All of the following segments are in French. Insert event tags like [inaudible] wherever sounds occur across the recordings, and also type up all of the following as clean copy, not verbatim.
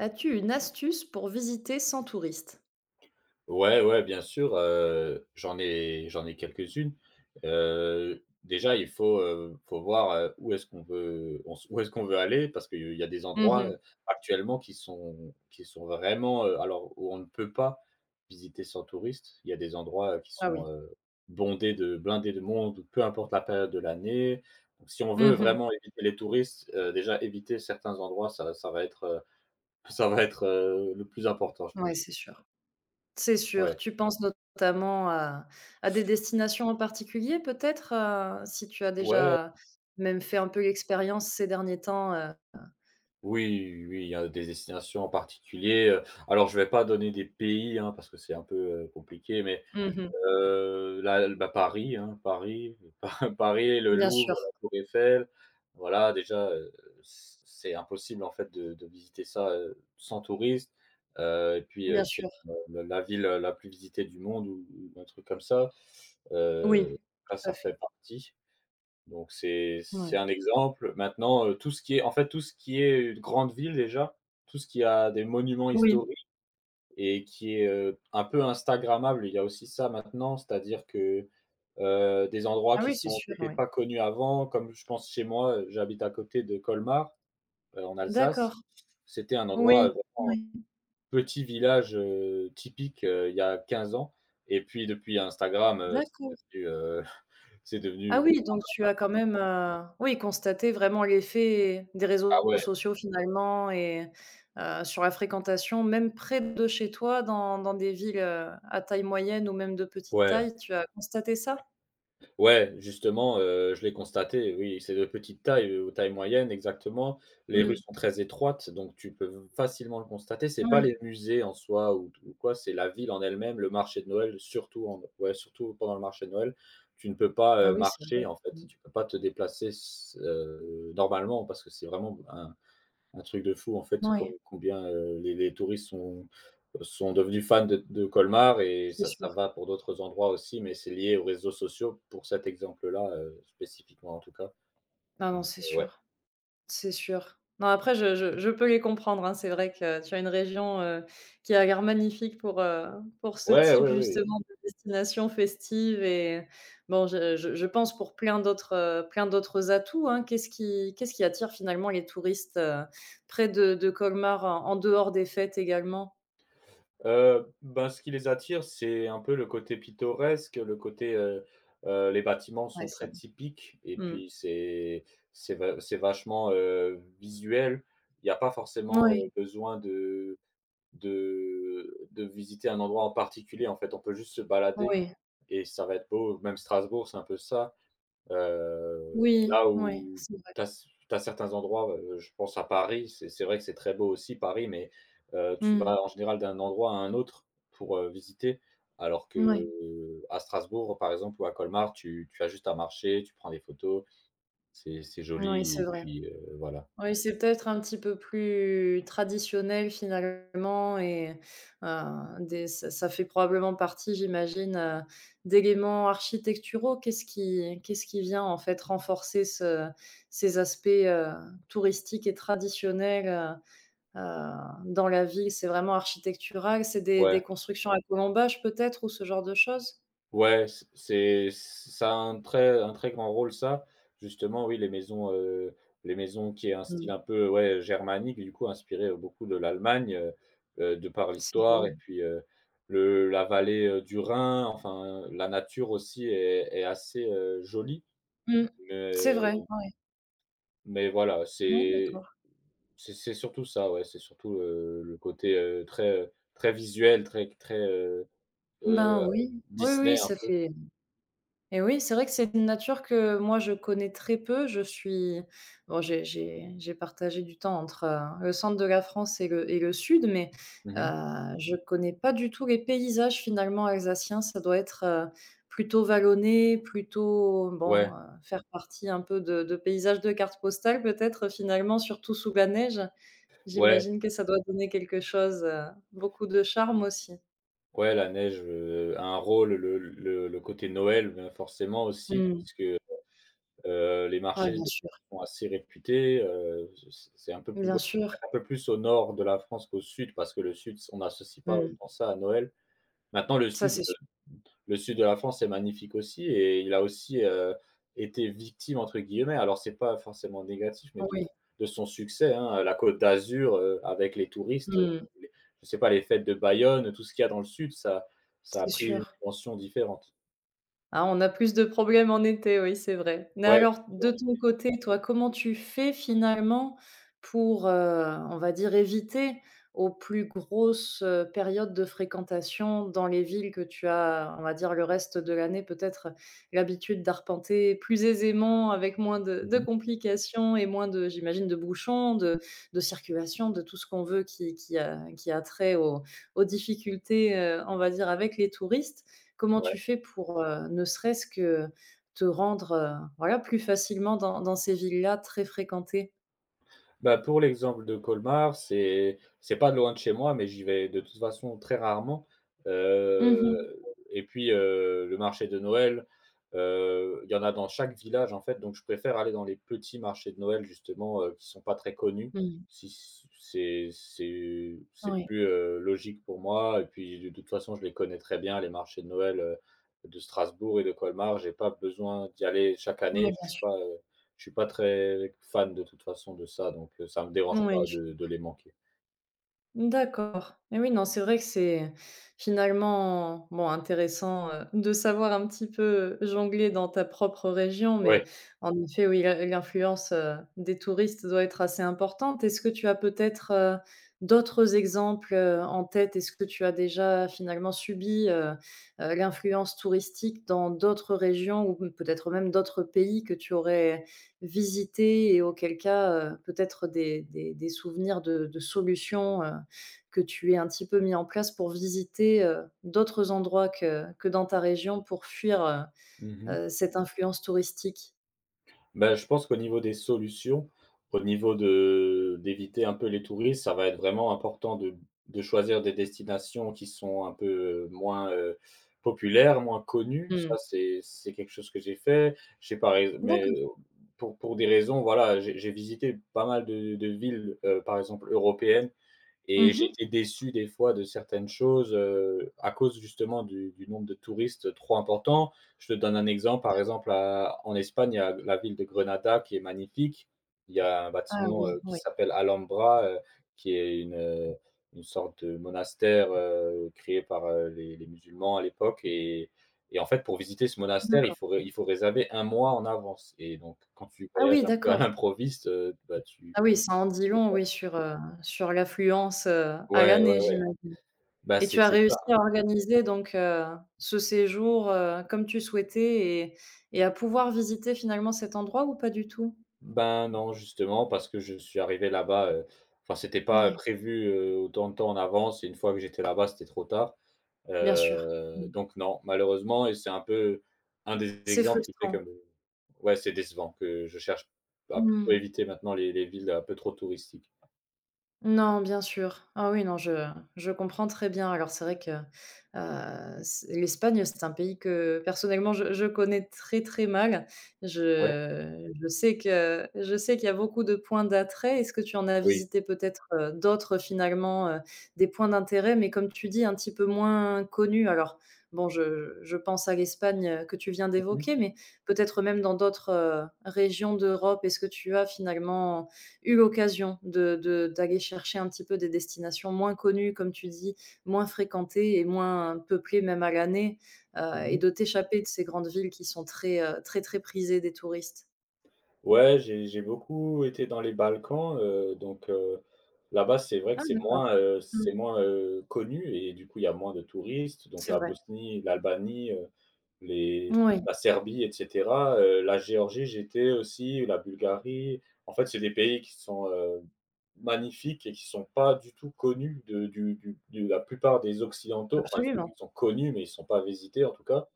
As-tu une astuce pour visiter sans touriste? Ouais, ouais, bien sûr, j'en ai quelques-unes. Déjà, faut voir, où est-ce qu'on veut aller parce qu'il y a des Mmh endroits, mh. Actuellement qui sont vraiment, alors où on ne peut pas visiter sans touristes. Il y a des endroits, qui Ah sont, oui. Bondés de blindés de monde, peu importe la période de l'année. Donc si on veut Mmh mh. vraiment éviter les touristes, déjà éviter certains endroits, [laughs] ça va être, le plus important, je Ouais, pense. c'est sûr. C'est sûr. Ouais. Tu penses notamment à des destinations en particulier peut-être, si tu as Ouais. déjà même fait un peu l'expérience ces derniers temps, Oui, oui, il y a des destinations en particulier, alors je vais pas donner des pays, hein, parce que c'est un peu, compliqué, mais Mmh mh. Là, bah, Paris, hein, Paris, [laughs] Pa Paris, le Bien sûr, Louvre, la Tour Eiffel, voilà déjà, c'est impossible en fait de visiter ça, sans touriste, et puis, bien c'est sûr. la ville la plus visitée du monde ou un truc comme ça, Oui, heu, là tout à ça fait. fait partie. Donc c'est Ouais. un exemple. Maintenant, tout ce qui est, une grande ville déjà, tout ce qui a des monuments Oui. historiques et qui est, un peu instagrammable, il y a aussi ça maintenant, c'est-à-dire que, des endroits Ah oui, c'est sûr, qui étaient oui. pas connus avant, comme je pense chez moi, j'habite à côté de Colmar, en Alsace. D'accord. C'était un endroit, Oui. Oui. petit village, typique, il y a 15 ans. Et puis depuis Instagram, D'accord. [laughs] C'est Ah devenu. oui, donc tu as quand même, oui, constaté vraiment l'effet des Ah réseaux ouais, sociaux finalement et sur la fréquentation, même près de chez toi, dans des villes, à taille moyenne ou même de petite ouais. taille, tu as constaté ça? Ouais, justement, je l'ai constaté, oui, c'est de petite taille, ou taille moyenne exactement. Les rues Mmh. sont très étroites, donc tu peux facilement le constater. C'est pas Oui. les musées en soi ou quoi, c'est la ville en elle-même, le marché de Noël, surtout en ouais, surtout pendant le marché de Noël. Tu ne peux pas, Ah oui, c'est vrai. marcher en fait, Mmh. tu peux pas te déplacer s normalement parce que c'est vraiment un truc de fou en fait, Oui, combien, les touristes sont devenus fans de Colmar et c'est ça sûr. va pour d'autres endroits aussi, mais c'est lié aux réseaux sociaux pour cet exemple-là, spécifiquement en tout cas. Non, non, Donc c'est ouais. sûr. C'est sûr. Non, après, je peux les comprendre, hein. C'est vrai que tu as une région, qui a l'air magnifique pour ce Ouais, type ouais, oui. justement de destination festive et bon, je pense pour plein d'autres atouts, hein. Qu'est-ce qui attire finalement les touristes, près de Colmar en dehors des fêtes également? Ben, ce qui les attire, c'est un peu le côté pittoresque, le côté, les bâtiments Ouais, sont ça très typiques et mmh. puis c'est vachement, visuel. Il y a pas forcément, Oui, besoin de visiter un endroit en particulier, en fait. On peut juste se balader oui, et ça va être beau. Même Strasbourg, c'est un peu ça. Oui, Là oui, où c'est vrai. tu as certains endroits, je pense à Paris, c'est vrai que c'est très beau aussi Paris, mais tu Mmh. vas en général d'un endroit à un autre pour, visiter. Alors que, Oui, à Strasbourg, par exemple, ou à Colmar, tu as juste à marcher, tu prends des photos, c'est oui, joli c'est et vrai. puis, voilà. Oui, c'est peut-être un petit peu plus traditionnel finalement et des ça ça fait probablement partie, j'imagine, d'éléments architecturaux. Qu'est-ce qui vient, en fait, renforcer ce ces aspects, touristiques et traditionnels, heu, dans la ville? C'est vraiment architectural? C'est des Ouais. Constructions à colombage peut-être ou ce genre de choses? Ouais, c c'est ça a un très grand rôle ça. Justement, oui, les maisons qui est un Mmh. style un peu, ouais, germanique, du coup inspiré, beaucoup de l'Allemagne, de par C'est l'histoire beau. et puis, le la vallée, du Rhin, enfin, la nature aussi est assez, jolie. Mmh. C'est Mais vrai, ouais. mais voilà, Ouais. Ouais, c'est d'accord. c'est c'est surtout ça, ouais, c'est surtout, le côté, très, très visuel, très très, heu, Ben oui. Oui, Disney oui, un ça peu. fait. Et oui, c'est vrai que c'est une nature que moi je connais très peu. Je suis bon, j'ai partagé du temps entre, le centre de la France et le sud, mais, Mmh. je connais pas du tout les paysages finalement alsaciens. Ça doit être, plutôt vallonné, plutôt bon, Ouais, faire partie un peu de paysages de cartes postales peut-être finalement, surtout sous la neige. ouais. J'imagine que ça doit donner quelque chose, beaucoup de charme aussi. Ouais, la neige, a un rôle, le côté Noël, ben, forcément aussi Mmh. puisque, les Ouais, marchés bien de sûr, sont assez réputés, c'est un peu plus bien sûr. un peu plus au nord de la France qu'au sud parce que le sud, on n'associe pas Mmh. autant ça à Noël. Maintenant le Ça, sud, c'est heu, sûr. le sud de la France est magnifique aussi et il a aussi, été «victime» entre guillemets, alors c'est pas forcément négatif, mais de Oui. de son succès, hein, la Côte d'Azur, avec les touristes, Mmh, les je sais pas, les fêtes de Bayonne, tout ce qu'il y a dans le sud, ça a c'est pris une sûr. dimension différente. Ah, on a plus de problèmes en été, oui, c'est vrai. Mais Ouais, alors, de tourner. ton côté, toi, comment tu fais finalement pour, on va dire, éviter aux plus grosses, périodes de fréquentation dans les villes que tu as, on va dire, le reste de l'année, peut-être, l'habitude d'arpenter plus aisément, avec moins de Mmh. complications et moins de j'imagine, de bouchons, de circulation, de tout ce qu'on veut qui qui a trait aux difficultés, on va dire, avec les touristes. Comment tu Ouais. fais pour, ne serait-ce que te rendre, voilà, plus facilement dans ces villes-là très fréquentées? Bah, pour l'exemple de Colmar, c'est pas loin de chez moi, mais j'y vais de toute façon très rarement. Mmh mh. Et puis, le marché de Noël, il y en a dans chaque village, en fait, donc je préfère aller dans les petits marchés de Noël justement, qui sont pas très connus. Mmh. Si, c c'est Oui. plus, logique pour moi et puis de toute façon, je les connais très bien les marchés de Noël, de Strasbourg et de Colmar. J'ai pas besoin d'y aller chaque Oui, année, bien sûr. Je suis pas très fan de toute façon de ça, donc ça me dérange Oui. pas de les manquer. D'accord. Et oui, non, c'est vrai que c'est finalement, bon, intéressant, de savoir un petit peu jongler dans ta propre région, mais Ouais. en effet, oui, l'influence, des touristes doit être assez importante. Est-ce que tu as peut-être, d'autres exemples, en tête? Est-ce que tu as déjà finalement subi, l'influence touristique dans d'autres régions ou peut-être même d'autres pays que tu aurais visités et auquel cas, peut-être des souvenirs de solutions, que tu aies un petit peu mis en place pour visiter, d'autres endroits que dans ta région pour fuir, Mmh mh. Cette influence touristique? Bah, je pense qu'au niveau des solutions, au niveau de d'éviter un peu les touristes, ça va être vraiment important de choisir des destinations qui sont un peu, moins, populaires, moins connues. Mmh. Ça, c'est quelque chose que j'ai fait. J'ai par ex Mais D'accord. Pour des raisons, voilà, j'ai visité pas mal de villes, par exemple européennes. Et Mmh. j'étais déçu des fois de certaines choses, à cause justement du nombre de touristes trop important. Je te donne un exemple, par exemple, à en Espagne, il y a la ville de Grenada qui est magnifique. Il y a un Ah bâtiment, oui, qui oui, s'appelle Alhambra, qui est une sorte de monastère, créé par, les musulmans à l'époque et en fait, pour visiter ce monastère, d'accord. Il faut réserver un mois en avance et donc quand tu Ah voyages oui, un peu à d'accord. l'improviste, bah, tu Ah oui, ça en dit long, oui, sur, sur l'affluence, à ouais, l'année, ouais, ouais. j'imagine. Bah, Et tu c'est as c'est ça. réussi à organiser donc, ce séjour, comme tu souhaitais et à pouvoir visiter finalement cet endroit ou pas du tout? Ben non, justement, parce que je suis arrivé là-bas, enfin, c'était pas Oui, prévu, autant de temps en avance et une fois que j'étais là-bas, c'était trop tard. bien sûr. Mmh. Donc non, malheureusement et c'est un peu un des C'est exemples qui fait frustrant. comme ouais, c'est décevant que je cherche à plutôt Mmh. éviter maintenant les villes un peu trop touristiques. Non, bien sûr. Ah oui, non, je comprends très bien. Alors c'est vrai que, c l'Espagne, c'est un pays que personnellement je connais très, très mal. Ouais, Je sais que je sais qu'il y a beaucoup de points d'attrait. Est-ce que tu en as oui. visité peut-être, d'autres finalement, des points d'intérêt, mais comme tu dis, un petit peu moins connus? Alors bon, je pense à l'Espagne, que tu viens Mmh mh. d'évoquer, mais peut-être même dans d'autres, régions d'Europe, est-ce que tu as finalement eu l'occasion de d'aller chercher un petit peu des destinations moins connues, comme tu dis, moins fréquentées et moins peuplées même à l'année, et Mmh. de t'échapper de ces grandes villes qui sont très, très prisées des touristes. Ouais, j'ai beaucoup été dans les Balkans, donc là-bas, c'est vrai Ah que d'accord, mmh, c'est moins, connu et du coup, il y a moins de touristes. Donc c'est la vrai. Bosnie, l'Albanie, les Oui, la Serbie et cetera, la Géorgie, j'étais aussi, la Bulgarie. En fait, c'est des pays qui sont, magnifiques et qui sont pas du tout connus de du de la plupart des occidentaux. Enfin, ils sont absolument. ils sont connus, mais ils sont pas visités en tout cas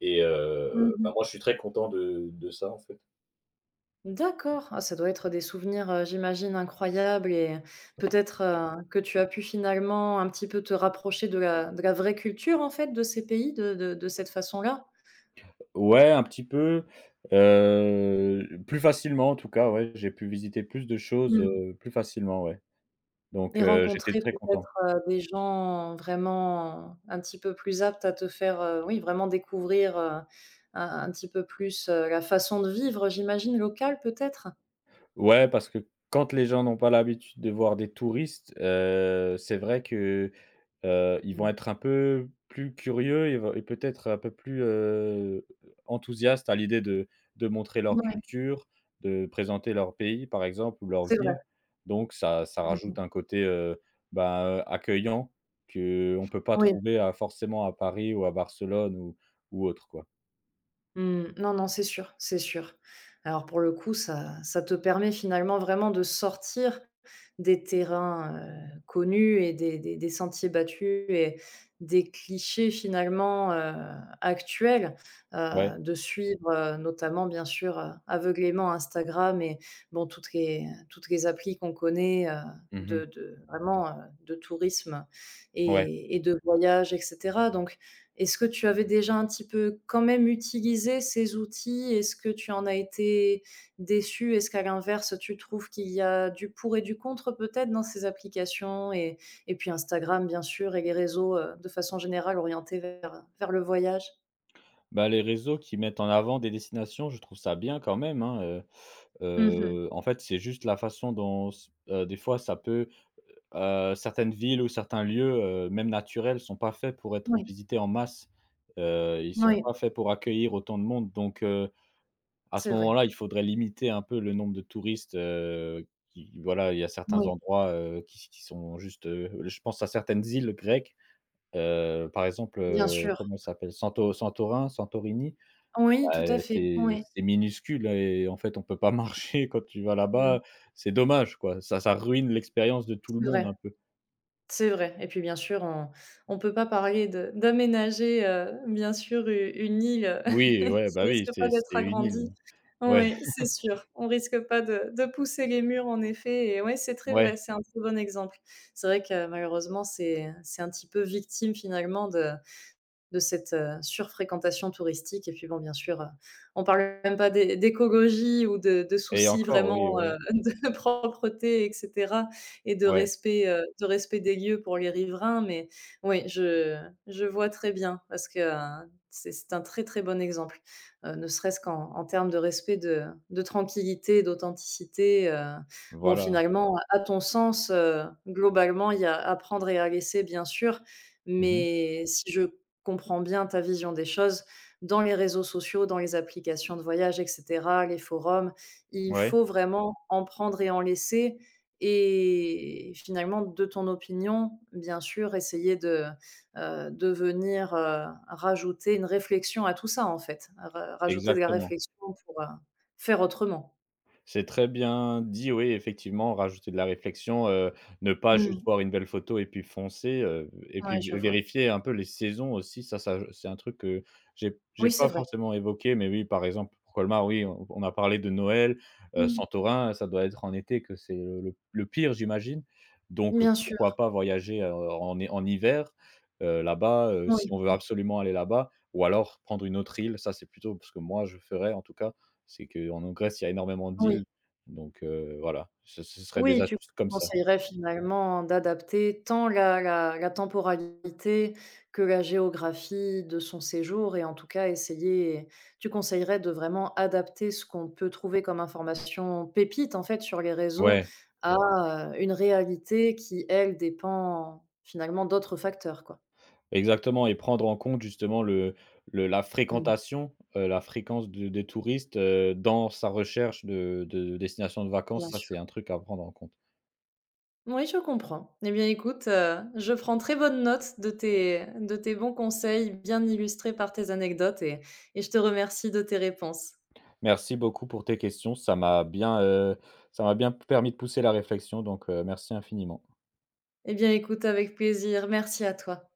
et bah, Mmh. moi, je suis très content de ça, en fait. D'accord, ah ça doit être des souvenirs, j'imagine incroyables et peut-être, que tu as pu finalement un petit peu te rapprocher de la vraie culture en fait de ces pays de cette façon-là? Ouais, un petit peu, plus facilement en tout cas, ouais, j'ai pu visiter plus de choses, Mmh. Plus facilement, ouais. Donc Et j'étais rencontrer très content. peut-être, des gens vraiment un petit peu plus aptes à te faire, oui vraiment découvrir, un petit peu plus, la façon de vivre, j'imagine, locale peut-être? Ouais, parce que quand les gens n'ont pas l'habitude de voir des touristes, c'est vrai que. Ils vont Mmh. être un peu plus curieux et peut-être un peu plus, enthousiastes à l'idée de montrer leur Ouais, culture, de présenter leur pays, par exemple, ou leur c'est vrai. ville. Donc ça Mmh. rajoute un côté, bah, accueillant qu'on ne peut pas Oui. trouver à forcément à Paris ou à Barcelone ou autre, quoi. Mmh, non, non, c'est sûr, c'est sûr. Alors pour le coup, ça te permet finalement vraiment de sortir des terrains, connus et des sentiers battus et des clichés finalement, actuels, Ouais. de suivre, notamment bien sûr, aveuglément Instagram et bon toutes les applis qu'on connaît, de Mmh. Vraiment, de tourisme Ouais. et de voyage, et cetera, donc est-ce que tu avais déjà un petit peu quand même utilisé ces outils? Est-ce que tu en as été déçu? Est-ce qu'à l'inverse, tu trouves qu'il y a du pour et du contre peut-être dans ces applications et puis Instagram bien sûr et les réseaux, de façon générale orientés vers, vers le voyage? Bah, les réseaux qui mettent en avant des destinations, je trouve ça bien quand même, hein. Mmh. En fait, c'est juste la façon dont s des fois ça peut. Certaines villes ou certains lieux, même naturels, sont pas faits pour être Oui, visités en masse. Ils sont oui, pas faits pour accueillir autant de monde donc à c'est ce vrai. moment-là, il faudrait limiter un peu le nombre de touristes, qui voilà, il y a certains Oui, endroits, qui sont juste, je pense à certaines îles grecques, par exemple, bien sûr. comment ça s'appelle? Santorin, Santorini, Oui, tout bah, à fait. c'est Oui. c'est minuscule et en fait, on peut pas [laughs] marcher quand tu vas Mmh. là-bas. C'est dommage, quoi. Ça ruine l'expérience de tout le C'est monde vrai. un peu. C'est vrai et puis bien sûr on peut pas parler de d'aménager, bien sûr u une île, Oui, [laughs] ouais, qui bah, oui, risque pas c'est d'être c'est une agrandie. île. Ouais, Oui, c'est sûr. On risque pas de pousser les murs en effet et ouais, c'est très vrai, ouais c'est un très bon exemple. C'est vrai que malheureusement c'est un petit peu victime finalement de cette surfréquentation touristique. Et puis bon, bien sûr, on parle même pas d'écologie ou de et soucis encore, oui, vraiment ouais, [laughs] de propreté, et cetera, et ouais, de respect des lieux pour les riverains. Mais oui, je vois très bien parce que, c'est un très, très bon exemple, ne serait-ce qu'en en termes de respect, de tranquillité, d'authenticité, Bon, voilà. finalement, à ton sens, globalement, il y a à prendre et à laisser, bien sûr, Mmh. mais si je comprends bien ta vision des choses dans les réseaux sociaux, dans les applications de voyage, et cetera, les forums. Il Ouais, faut vraiment en prendre et en laisser et finalement, de ton opinion, bien sûr, essayer de venir, rajouter une réflexion à tout ça, en fait. Ra rajouter de la exactement. réflexion pour, faire autrement. C'est très bien dit, oui, effectivement, rajouter de la réflexion, ne pas juste Oui, voir une belle photo et puis foncer, et puis je v vois. vérifier un peu les saisons aussi, ça c'est un truc que j'ai Oui, c'est pas vrai. forcément évoqué, mais oui, par exemple, pour Colmar, oui, on a parlé de Noël, Mmh. Santorin, ça doit être en été que c'est le pire, j'imagine, donc Bien sûr. pourquoi pas voyager, en hiver, là-bas, si Oui, on veut oui, absolument aller là-bas ou alors prendre une autre île, ça c'est plutôt ce que moi je ferais en tout cas. C'est qu'en en Grèce, il y a énormément oui. d'îles, donc voilà, ce serait des Oui, tu astuces comme ça. conseillerais finalement d'adapter tant la temporalité que la géographie de son séjour et en tout cas essayer tu conseillerais de vraiment adapter ce qu'on peut trouver comme information pépite en fait sur les réseaux Ouais, à, une réalité qui elle dépend finalement d'autres facteurs quoi. exactement et prendre en compte justement le la Mmh, fréquentation, la fréquence de des touristes, dans sa recherche de destination de vacances, bien ça, sûr. c'est un truc à prendre en compte. Oui, je comprends. Eh bien, écoute, je prends très bonne note de tes bons conseils, bien illustrés par tes anecdotes et je te remercie de tes réponses. Merci beaucoup pour tes questions, ça m'a bien permis de pousser la réflexion donc merci infiniment. Eh bien, écoute, avec plaisir. Merci à toi.